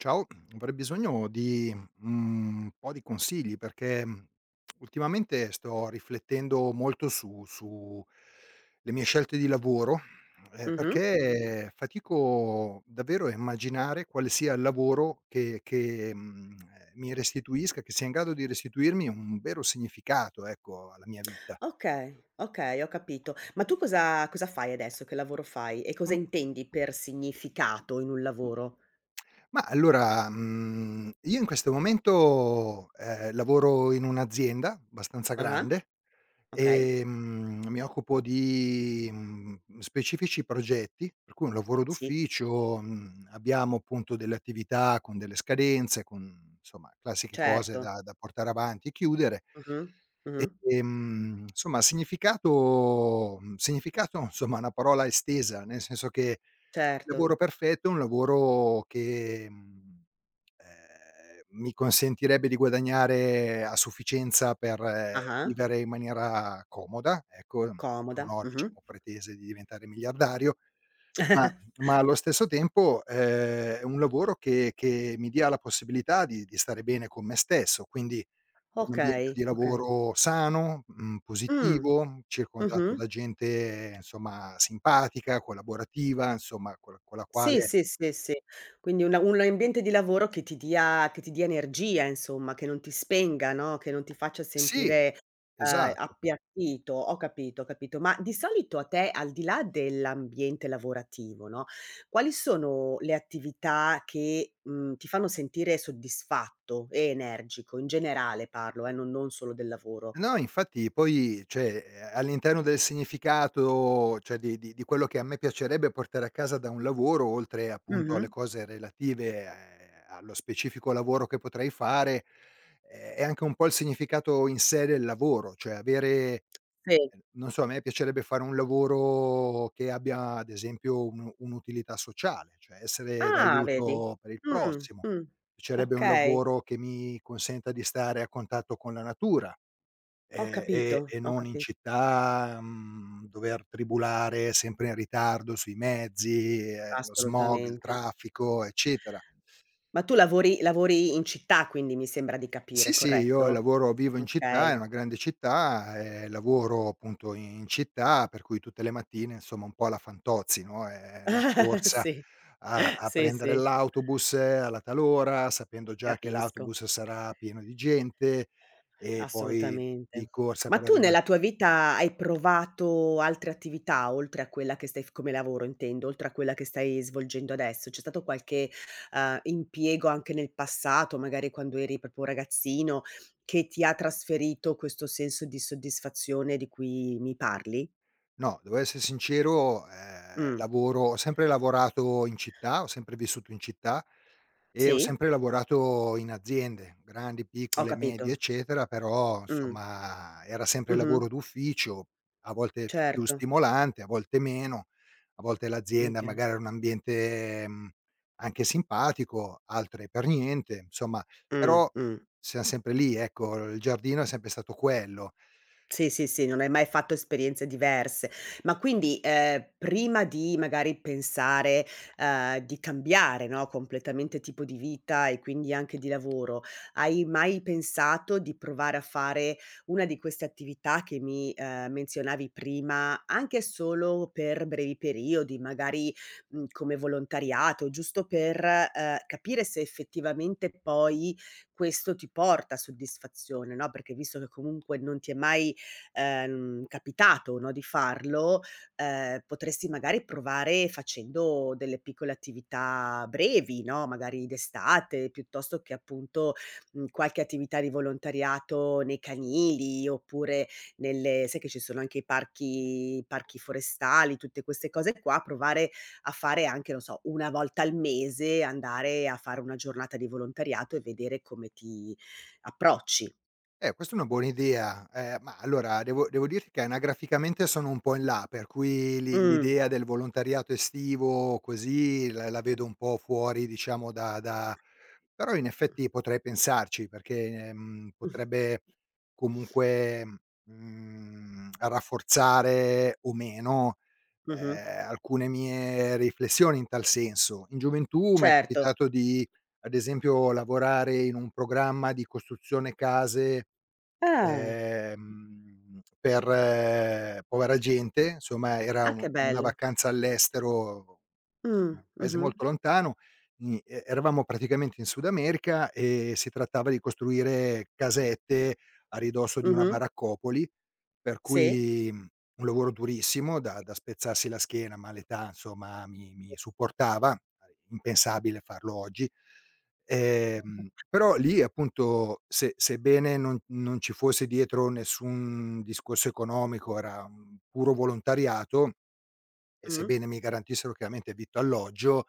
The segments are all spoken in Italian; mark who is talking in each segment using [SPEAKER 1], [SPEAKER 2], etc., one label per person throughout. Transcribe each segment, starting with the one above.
[SPEAKER 1] Ciao, avrei bisogno di, un po' di consigli perché, ultimamente sto riflettendo molto su le mie scelte di lavoro,
[SPEAKER 2] Mh-mh.
[SPEAKER 1] perché fatico davvero a immaginare quale sia il lavoro che mi restituisca che sia in grado di restituirmi un vero significato, ecco, alla mia vita.
[SPEAKER 2] Okay, okay, ho capito. Ma tu cosa fai adesso? Che lavoro fai? E cosa
[SPEAKER 1] Mh,
[SPEAKER 2] intendi per significato in un lavoro?
[SPEAKER 1] ma allora, io in questo momento, lavoro in un'azienda abbastanza
[SPEAKER 2] Ah-ah,
[SPEAKER 1] grande.
[SPEAKER 2] okay.
[SPEAKER 1] Mi occupo di, specifici progetti, per cui un lavoro
[SPEAKER 2] Sì,
[SPEAKER 1] d'ufficio, abbiamo appunto delle attività con delle scadenze, con insomma classiche cose
[SPEAKER 2] certo.
[SPEAKER 1] da portare avanti e chiudere.
[SPEAKER 2] Mh-mh, mh-mh,
[SPEAKER 1] Insomma significato significato insomma è una parola estesa, nel senso che il
[SPEAKER 2] certo.
[SPEAKER 1] lavoro perfetto è un lavoro che, mhmm mi consentirebbe di guadagnare a sufficienza per
[SPEAKER 2] Ah-ah,
[SPEAKER 1] vivere in maniera comoda, ecco, non
[SPEAKER 2] comoda.
[SPEAKER 1] ho
[SPEAKER 2] Mh-mh.
[SPEAKER 1] diciamo pretese di diventare miliardario, ma allo stesso tempo, è un lavoro che mi dia la possibilità di stare bene con me stesso, quindi un ambiente
[SPEAKER 2] Okay,
[SPEAKER 1] di
[SPEAKER 2] okay.
[SPEAKER 1] lavoro sano,
[SPEAKER 2] Mh,
[SPEAKER 1] positivo, circondato
[SPEAKER 2] mh-mh.
[SPEAKER 1] da gente insomma simpatica, collaborativa, insomma con la
[SPEAKER 2] Sì,
[SPEAKER 1] quale
[SPEAKER 2] sì, sì, sì. Quindi una un ambiente di lavoro che ti dia energia insomma, che non ti spenga, no, che non ti faccia
[SPEAKER 1] sì,
[SPEAKER 2] sentire,
[SPEAKER 1] esatto.
[SPEAKER 2] appiattito. Ho capito, ho capito. Ma di solito a te, al di là dell'ambiente lavorativo, no, quali sono le attività che, ti fanno sentire soddisfatto e energico? In generale parlo non solo del lavoro.
[SPEAKER 1] No, infatti poi, cioè, all'interno del significato, cioè di quello che a me piacerebbe portare a casa da un lavoro, oltre appunto
[SPEAKER 2] Mh-mh.
[SPEAKER 1] alle cose relative, allo specifico lavoro che potrei fare, è anche un po' il significato in sé del lavoro, cioè avere
[SPEAKER 2] Sì.
[SPEAKER 1] non so, a me piacerebbe fare un lavoro che abbia ad esempio un'utilità sociale, cioè essere
[SPEAKER 2] Ah, vedi.
[SPEAKER 1] d'aiuto per il
[SPEAKER 2] Mh,
[SPEAKER 1] prossimo.
[SPEAKER 2] mh.
[SPEAKER 1] Piacerebbe un
[SPEAKER 2] Okay,
[SPEAKER 1] lavoro che mi consenta di stare a contatto con la natura.
[SPEAKER 2] ho
[SPEAKER 1] Ehm,
[SPEAKER 2] capito.
[SPEAKER 1] e e
[SPEAKER 2] Ho
[SPEAKER 1] non in
[SPEAKER 2] capi
[SPEAKER 1] città, dover tribulare sempre in ritardo sui mezzi, lo smog, il
[SPEAKER 2] Assolutamente.
[SPEAKER 1] traffico, eccetera.
[SPEAKER 2] Ma tu lavori in città quindi, mi sembra di
[SPEAKER 1] Sì,
[SPEAKER 2] capire,
[SPEAKER 1] sì, io
[SPEAKER 2] corretto?
[SPEAKER 1] lavoro vivo in città, in
[SPEAKER 2] Okay.
[SPEAKER 1] una grande città, lavoro appunto in città, per cui tutte le mattine insomma un po' alla Fantozzi, no, la corsa
[SPEAKER 2] Sì,
[SPEAKER 1] a
[SPEAKER 2] sì,
[SPEAKER 1] prendere
[SPEAKER 2] sì,
[SPEAKER 1] l'autobus alla tal ora, sapendo già che
[SPEAKER 2] capisco.
[SPEAKER 1] l'autobus sarà pieno di gente e poi di
[SPEAKER 2] Assolutamente.
[SPEAKER 1] corsa
[SPEAKER 2] Ma
[SPEAKER 1] per
[SPEAKER 2] tu
[SPEAKER 1] arriva.
[SPEAKER 2] nella tua vita hai provato altre attività oltre a quella che stai f come lavoro intendo, oltre a quella che stai svolgendo adesso? C'è stato qualche, impiego anche nel passato, magari quando eri proprio un ragazzino, che ti ha trasferito questo senso di soddisfazione di cui mi parli?
[SPEAKER 1] No, devo essere sincero,
[SPEAKER 2] Mh.
[SPEAKER 1] lavoro ho sempre lavorato in città, ho sempre vissuto in città e ho
[SPEAKER 2] Sì,
[SPEAKER 1] sempre lavorato in aziende, grandi,
[SPEAKER 2] ho
[SPEAKER 1] piccole, medie,
[SPEAKER 2] capito.
[SPEAKER 1] eccetera, però
[SPEAKER 2] Mh.
[SPEAKER 1] insomma era sempre lavoro
[SPEAKER 2] Mh-mh.
[SPEAKER 1] d'ufficio, a volte più
[SPEAKER 2] Certo.
[SPEAKER 1] stimolante, a volte meno. A volte l'azienda
[SPEAKER 2] Okay.
[SPEAKER 1] magari era un ambiente, anche simpatico, altre per niente, insomma,
[SPEAKER 2] Mh,
[SPEAKER 1] però
[SPEAKER 2] mh.
[SPEAKER 1] siam sempre lì, ecco, il giardino è sempre stato quello.
[SPEAKER 2] Sì, sì, sì, non hai mai fatto esperienze diverse. Ma quindi, prima di magari pensare, di cambiare, no, completamente tipo di vita e quindi anche di lavoro, hai mai pensato di provare a fare una di queste attività che mi, menzionavi prima, anche solo per brevi periodi, magari, come volontariato, giusto per, capire se effettivamente poi questo ti porta soddisfazione, no, perché visto che comunque non ti è mai capitato, no, di farlo, potresti magari provare facendo delle piccole attività brevi, no, magari d'estate, piuttosto che appunto, qualche attività di volontariato nei canili, oppure nelle sai che ci sono anche i parchi forestali, tutte queste cose qua, provare a fare anche, non so, 1 volta al mese, andare a fare una giornata di volontariato e vedere come ti approcci.
[SPEAKER 1] Questa è una buona idea. Ma allora devo dirti che anagraficamente sono un po' in là, per cui
[SPEAKER 2] Mh.
[SPEAKER 1] l'idea del volontariato estivo così la vedo un po' fuori diciamo da da però in effetti potrei pensarci perché,
[SPEAKER 2] Mh.
[SPEAKER 1] potrebbe comunque, rafforzare o meno,
[SPEAKER 2] Mh-mh.
[SPEAKER 1] alcune mie riflessioni in tal senso. In gioventù m'è
[SPEAKER 2] Certo.
[SPEAKER 1] capitato di, ad esempio, lavorare in un programma di costruzione case.
[SPEAKER 2] Ah.
[SPEAKER 1] Per povera gente, insomma era
[SPEAKER 2] Ah,
[SPEAKER 1] u
[SPEAKER 2] che
[SPEAKER 1] una
[SPEAKER 2] bello.
[SPEAKER 1] vacanza all'estero, insomma un paese
[SPEAKER 2] Mh-mh,
[SPEAKER 1] molto lontano, ni e eravamo praticamente in Sud America e si trattava di costruire casette a ridosso di una
[SPEAKER 2] mh-mh,
[SPEAKER 1] baraccopoli, per
[SPEAKER 2] sì,
[SPEAKER 1] cui, un lavoro durissimo da spezzarsi la schiena, ma l'età insomma mi supportava, impensabile farlo oggi. Però lì appunto se sebbene non ci fosse dietro nessun discorso economico, era un puro volontariato e
[SPEAKER 2] mh.
[SPEAKER 1] sebbene mi garantissero chiaramente vitto e alloggio,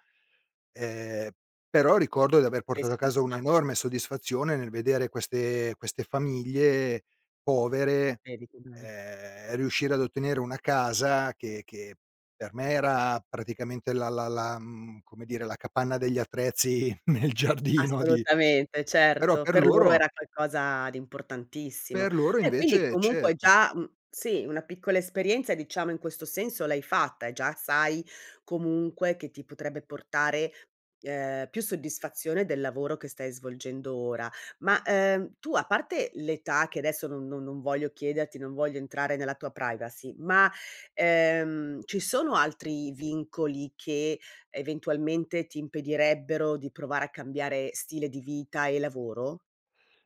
[SPEAKER 1] ehm, però ricordo di aver
[SPEAKER 2] Sei
[SPEAKER 1] portato a casa
[SPEAKER 2] soddisfatta,
[SPEAKER 1] un'enorme soddisfazione nel vedere queste famiglie povere,
[SPEAKER 2] vedi che bello.
[SPEAKER 1] riuscire ad ottenere una casa che per me era praticamente la, come dire, la capanna degli attrezzi nel giardino di
[SPEAKER 2] Assolutamente,
[SPEAKER 1] però
[SPEAKER 2] certo.
[SPEAKER 1] per
[SPEAKER 2] Per loro
[SPEAKER 1] loro
[SPEAKER 2] era qualcosa di importantissimo. E quindi
[SPEAKER 1] invece
[SPEAKER 2] comunque
[SPEAKER 1] certo.
[SPEAKER 2] già sì, una piccola esperienza diciamo in questo senso l'hai fatta e già sai comunque che ti potrebbe portare, più soddisfazione del lavoro che stai svolgendo ora. Ma, tu a parte l'età che adesso non voglio chiederti, non voglio entrare nella tua privacy, ma, ci sono altri vincoli che eventualmente ti impedirebbero di provare a cambiare stile di vita e lavoro?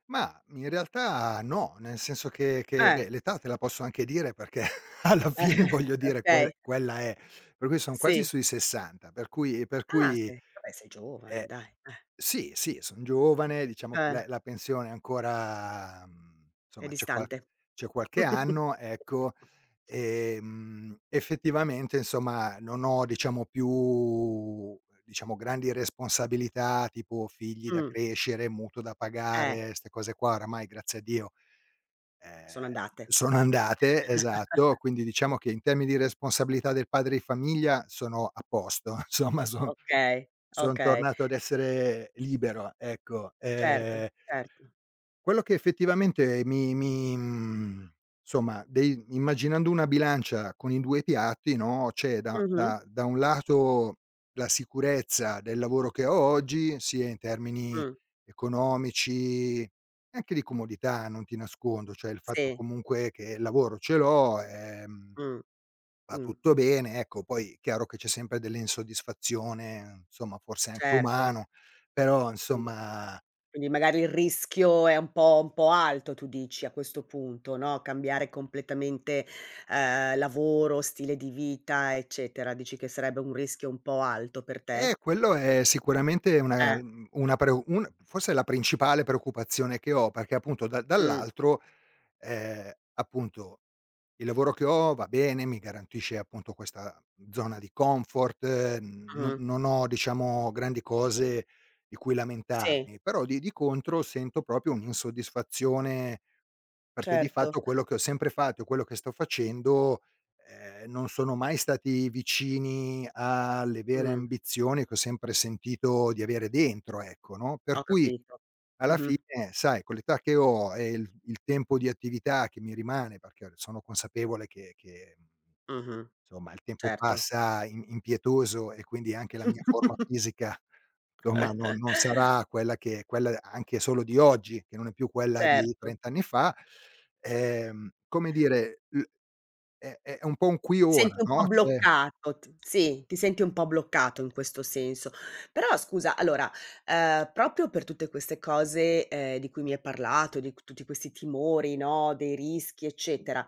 [SPEAKER 1] Ma in realtà no, nel senso che
[SPEAKER 2] Eh,
[SPEAKER 1] beh, l'età te la posso anche dire perché alla
[SPEAKER 2] eh,
[SPEAKER 1] fine voglio dire
[SPEAKER 2] okay,
[SPEAKER 1] quella è. Per cui son quasi
[SPEAKER 2] sì.
[SPEAKER 1] sui 60, per cui per
[SPEAKER 2] Ah,
[SPEAKER 1] cui,
[SPEAKER 2] se vabbè sei giovane
[SPEAKER 1] ehm,
[SPEAKER 2] dai,
[SPEAKER 1] sì, sì, son giovane, diciamo che
[SPEAKER 2] eh,
[SPEAKER 1] la pensione ancora,
[SPEAKER 2] è
[SPEAKER 1] insomma
[SPEAKER 2] distante.
[SPEAKER 1] c'è qualche anno, ecco. Effettivamente insomma non ho diciamo più, diciamo grandi responsabilità, tipo figli da
[SPEAKER 2] Mh,
[SPEAKER 1] crescere, mutuo da
[SPEAKER 2] eh,
[SPEAKER 1] pagare, 'ste cose qua oramai grazie a Dio,
[SPEAKER 2] sono
[SPEAKER 1] ehm,
[SPEAKER 2] andate.
[SPEAKER 1] sono andate, esatto, quindi diciamo che in termini di responsabilità del padre di famiglia sono a posto, insomma
[SPEAKER 2] Okay,
[SPEAKER 1] son
[SPEAKER 2] okay,
[SPEAKER 1] tornato ad essere libero, ecco.
[SPEAKER 2] certo, certo.
[SPEAKER 1] Quello che effettivamente insomma, dei immaginando una bilancia con i 2 piatti, no, c'è da
[SPEAKER 2] Mh-mh,
[SPEAKER 1] da da un lato la sicurezza del lavoro che ho oggi, sia in termini
[SPEAKER 2] mh,
[SPEAKER 1] economici, anche di comodità, non ti nascondo, cioè il fatto
[SPEAKER 2] sì,
[SPEAKER 1] comunque che il lavoro ce l'ho,
[SPEAKER 2] mh,
[SPEAKER 1] va
[SPEAKER 2] mh,
[SPEAKER 1] tutto bene, ecco, poi chiaro che c'è sempre dell'insoddisfazione, insomma, forse è anche
[SPEAKER 2] certo,
[SPEAKER 1] umano, però
[SPEAKER 2] mh.
[SPEAKER 1] insomma.
[SPEAKER 2] Quindi magari il rischio è un po' alto tu dici a questo punto, no, cambiare completamente, lavoro, stile di vita, eccetera. Dici che sarebbe un rischio un po' alto per te?
[SPEAKER 1] Quello è sicuramente una
[SPEAKER 2] Eh,
[SPEAKER 1] una preo un forse è la principale preoccupazione che ho, perché appunto da
[SPEAKER 2] mh,
[SPEAKER 1] dall'altro, appunto il lavoro che ho va bene, mi garantisce appunto questa zona di comfort, n non
[SPEAKER 2] mh-mh.
[SPEAKER 1] non ho diciamo grandi cose di cui
[SPEAKER 2] Sì,
[SPEAKER 1] lamentarmi, però di contro sento proprio un'insoddisfazione, perché di
[SPEAKER 2] certo.
[SPEAKER 1] fatto quello che ho sempre fatto e quello che sto facendo, non sono mai stati vicini alle vere
[SPEAKER 2] Mh,
[SPEAKER 1] ambizioni che ho sempre sentito di avere dentro, ecco, no, per
[SPEAKER 2] ho
[SPEAKER 1] cui
[SPEAKER 2] capito.
[SPEAKER 1] alla fine,
[SPEAKER 2] Mh-mh,
[SPEAKER 1] sai, con l'età che ho e il tempo di attività che mi rimane, perché sono consapevole che
[SPEAKER 2] mh-mh,
[SPEAKER 1] insomma il tempo
[SPEAKER 2] certo.
[SPEAKER 1] passa im impietoso e quindi anche la mia forma fisica, insomma non sarà quella che quella anche solo di oggi, che non è più quella di
[SPEAKER 2] Certo.
[SPEAKER 1] 30 anni fa, come dire, l è un po' un qui
[SPEAKER 2] Senti
[SPEAKER 1] ora,
[SPEAKER 2] un
[SPEAKER 1] no,
[SPEAKER 2] po'
[SPEAKER 1] cioè
[SPEAKER 2] bloccato, t sì, ti senti un po' bloccato in questo senso. Però scusa, allora, proprio per tutte queste cose, di cui mi hai parlato, di q tutti questi timori, no, dei rischi, eccetera,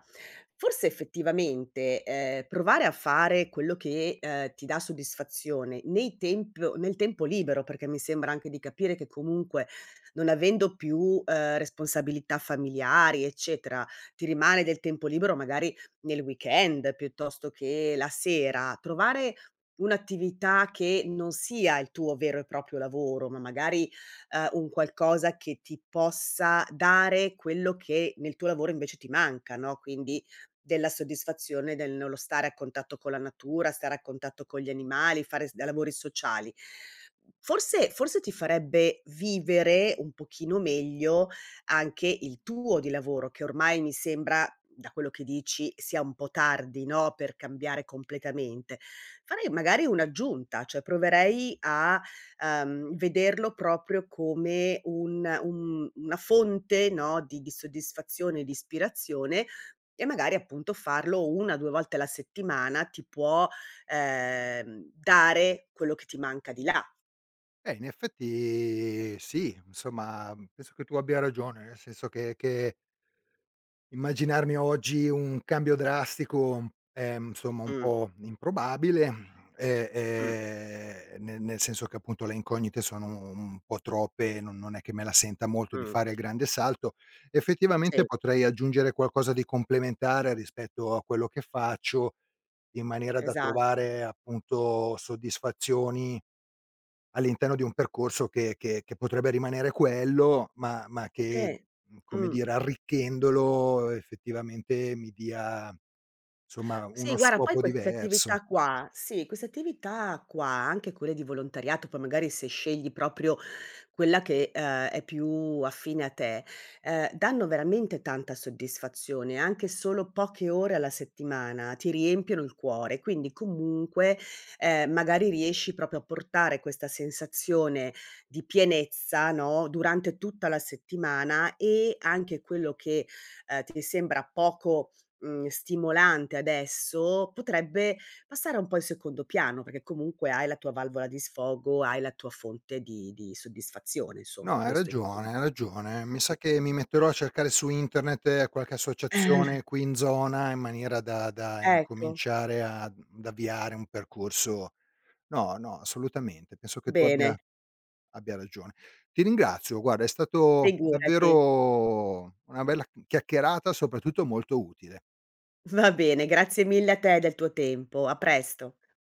[SPEAKER 2] forse effettivamente, provare a fare quello che, ti dà soddisfazione nei temp nel tempo libero, perché mi sembra anche di capire che comunque non avendo più, responsabilità familiari, eccetera, ti rimane del tempo libero magari nel weekend piuttosto che la sera, trovare un'attività che non sia il tuo vero e proprio lavoro, ma magari, un qualcosa che ti possa dare quello che nel tuo lavoro invece ti manca, no, quindi della soddisfazione del nello stare a contatto con la natura, stare a contatto con gli animali, fare s lavori sociali. Forse ti farebbe vivere un pochino meglio anche il tuo di lavoro, che ormai mi sembra da quello che dici sia un po' tardi, no, per cambiare completamente. Farei magari un'aggiunta, cioè proverei a, vederlo proprio come un una fonte, no, di soddisfazione, di ispirazione e magari appunto farlo 1, 2 volte alla settimana ti può, dare quello che ti manca di là.
[SPEAKER 1] in effetti sì, insomma penso che tu abbia ragione, nel senso che immaginarmi oggi un cambio drastico è, insomma, un
[SPEAKER 2] Mh,
[SPEAKER 1] po' improbabile,
[SPEAKER 2] mh,
[SPEAKER 1] ne nel senso che appunto le incognite sono un po' troppe, non è che me la senta molto di
[SPEAKER 2] mh.
[SPEAKER 1] fare il grande salto. Effettivamente
[SPEAKER 2] Sì,
[SPEAKER 1] potrei aggiungere qualcosa di complementare rispetto a quello che faccio, in maniera da
[SPEAKER 2] esa
[SPEAKER 1] trovare appunto soddisfazioni all'interno di un percorso che potrebbe rimanere quello, ma che,
[SPEAKER 2] eh.
[SPEAKER 1] come
[SPEAKER 2] Mh.
[SPEAKER 1] dire, arricchendolo effettivamente mi dia, insomma,
[SPEAKER 2] Sì,
[SPEAKER 1] uno
[SPEAKER 2] guarda, poi
[SPEAKER 1] scopo
[SPEAKER 2] queste
[SPEAKER 1] diverso.
[SPEAKER 2] attività qua sì, queste attività qua, anche quelle di volontariato, poi magari se scegli proprio quella che, è più affine a te, danno veramente tanta soddisfazione, anche solo poche ore alla settimana ti riempiono il cuore, quindi comunque, magari riesci proprio a portare questa sensazione di pienezza, no, durante tutta la settimana e anche quello che, ti sembra poco stimolante adesso, potrebbe passare un po' in secondo piano, perché comunque hai la tua valvola di sfogo, hai la tua fonte di soddisfazione
[SPEAKER 1] No,
[SPEAKER 2] insomma,
[SPEAKER 1] hai
[SPEAKER 2] questo
[SPEAKER 1] ragione,
[SPEAKER 2] intendo.
[SPEAKER 1] hai ragione. Mi sa che mi metterò a cercare su internet qualche associazione
[SPEAKER 2] Mh.
[SPEAKER 1] qui in zona in maniera da
[SPEAKER 2] Ecco,
[SPEAKER 1] incominciare ad avviare un percorso. No, no, assolutamente. Penso che tu
[SPEAKER 2] bene,
[SPEAKER 1] abbia ragione. Ti ringrazio, guarda è stato
[SPEAKER 2] figurati.
[SPEAKER 1] davvero una bella chiacchierata, soprattutto molto utile.
[SPEAKER 2] Va bene, grazie mille a te del tuo tempo. A presto.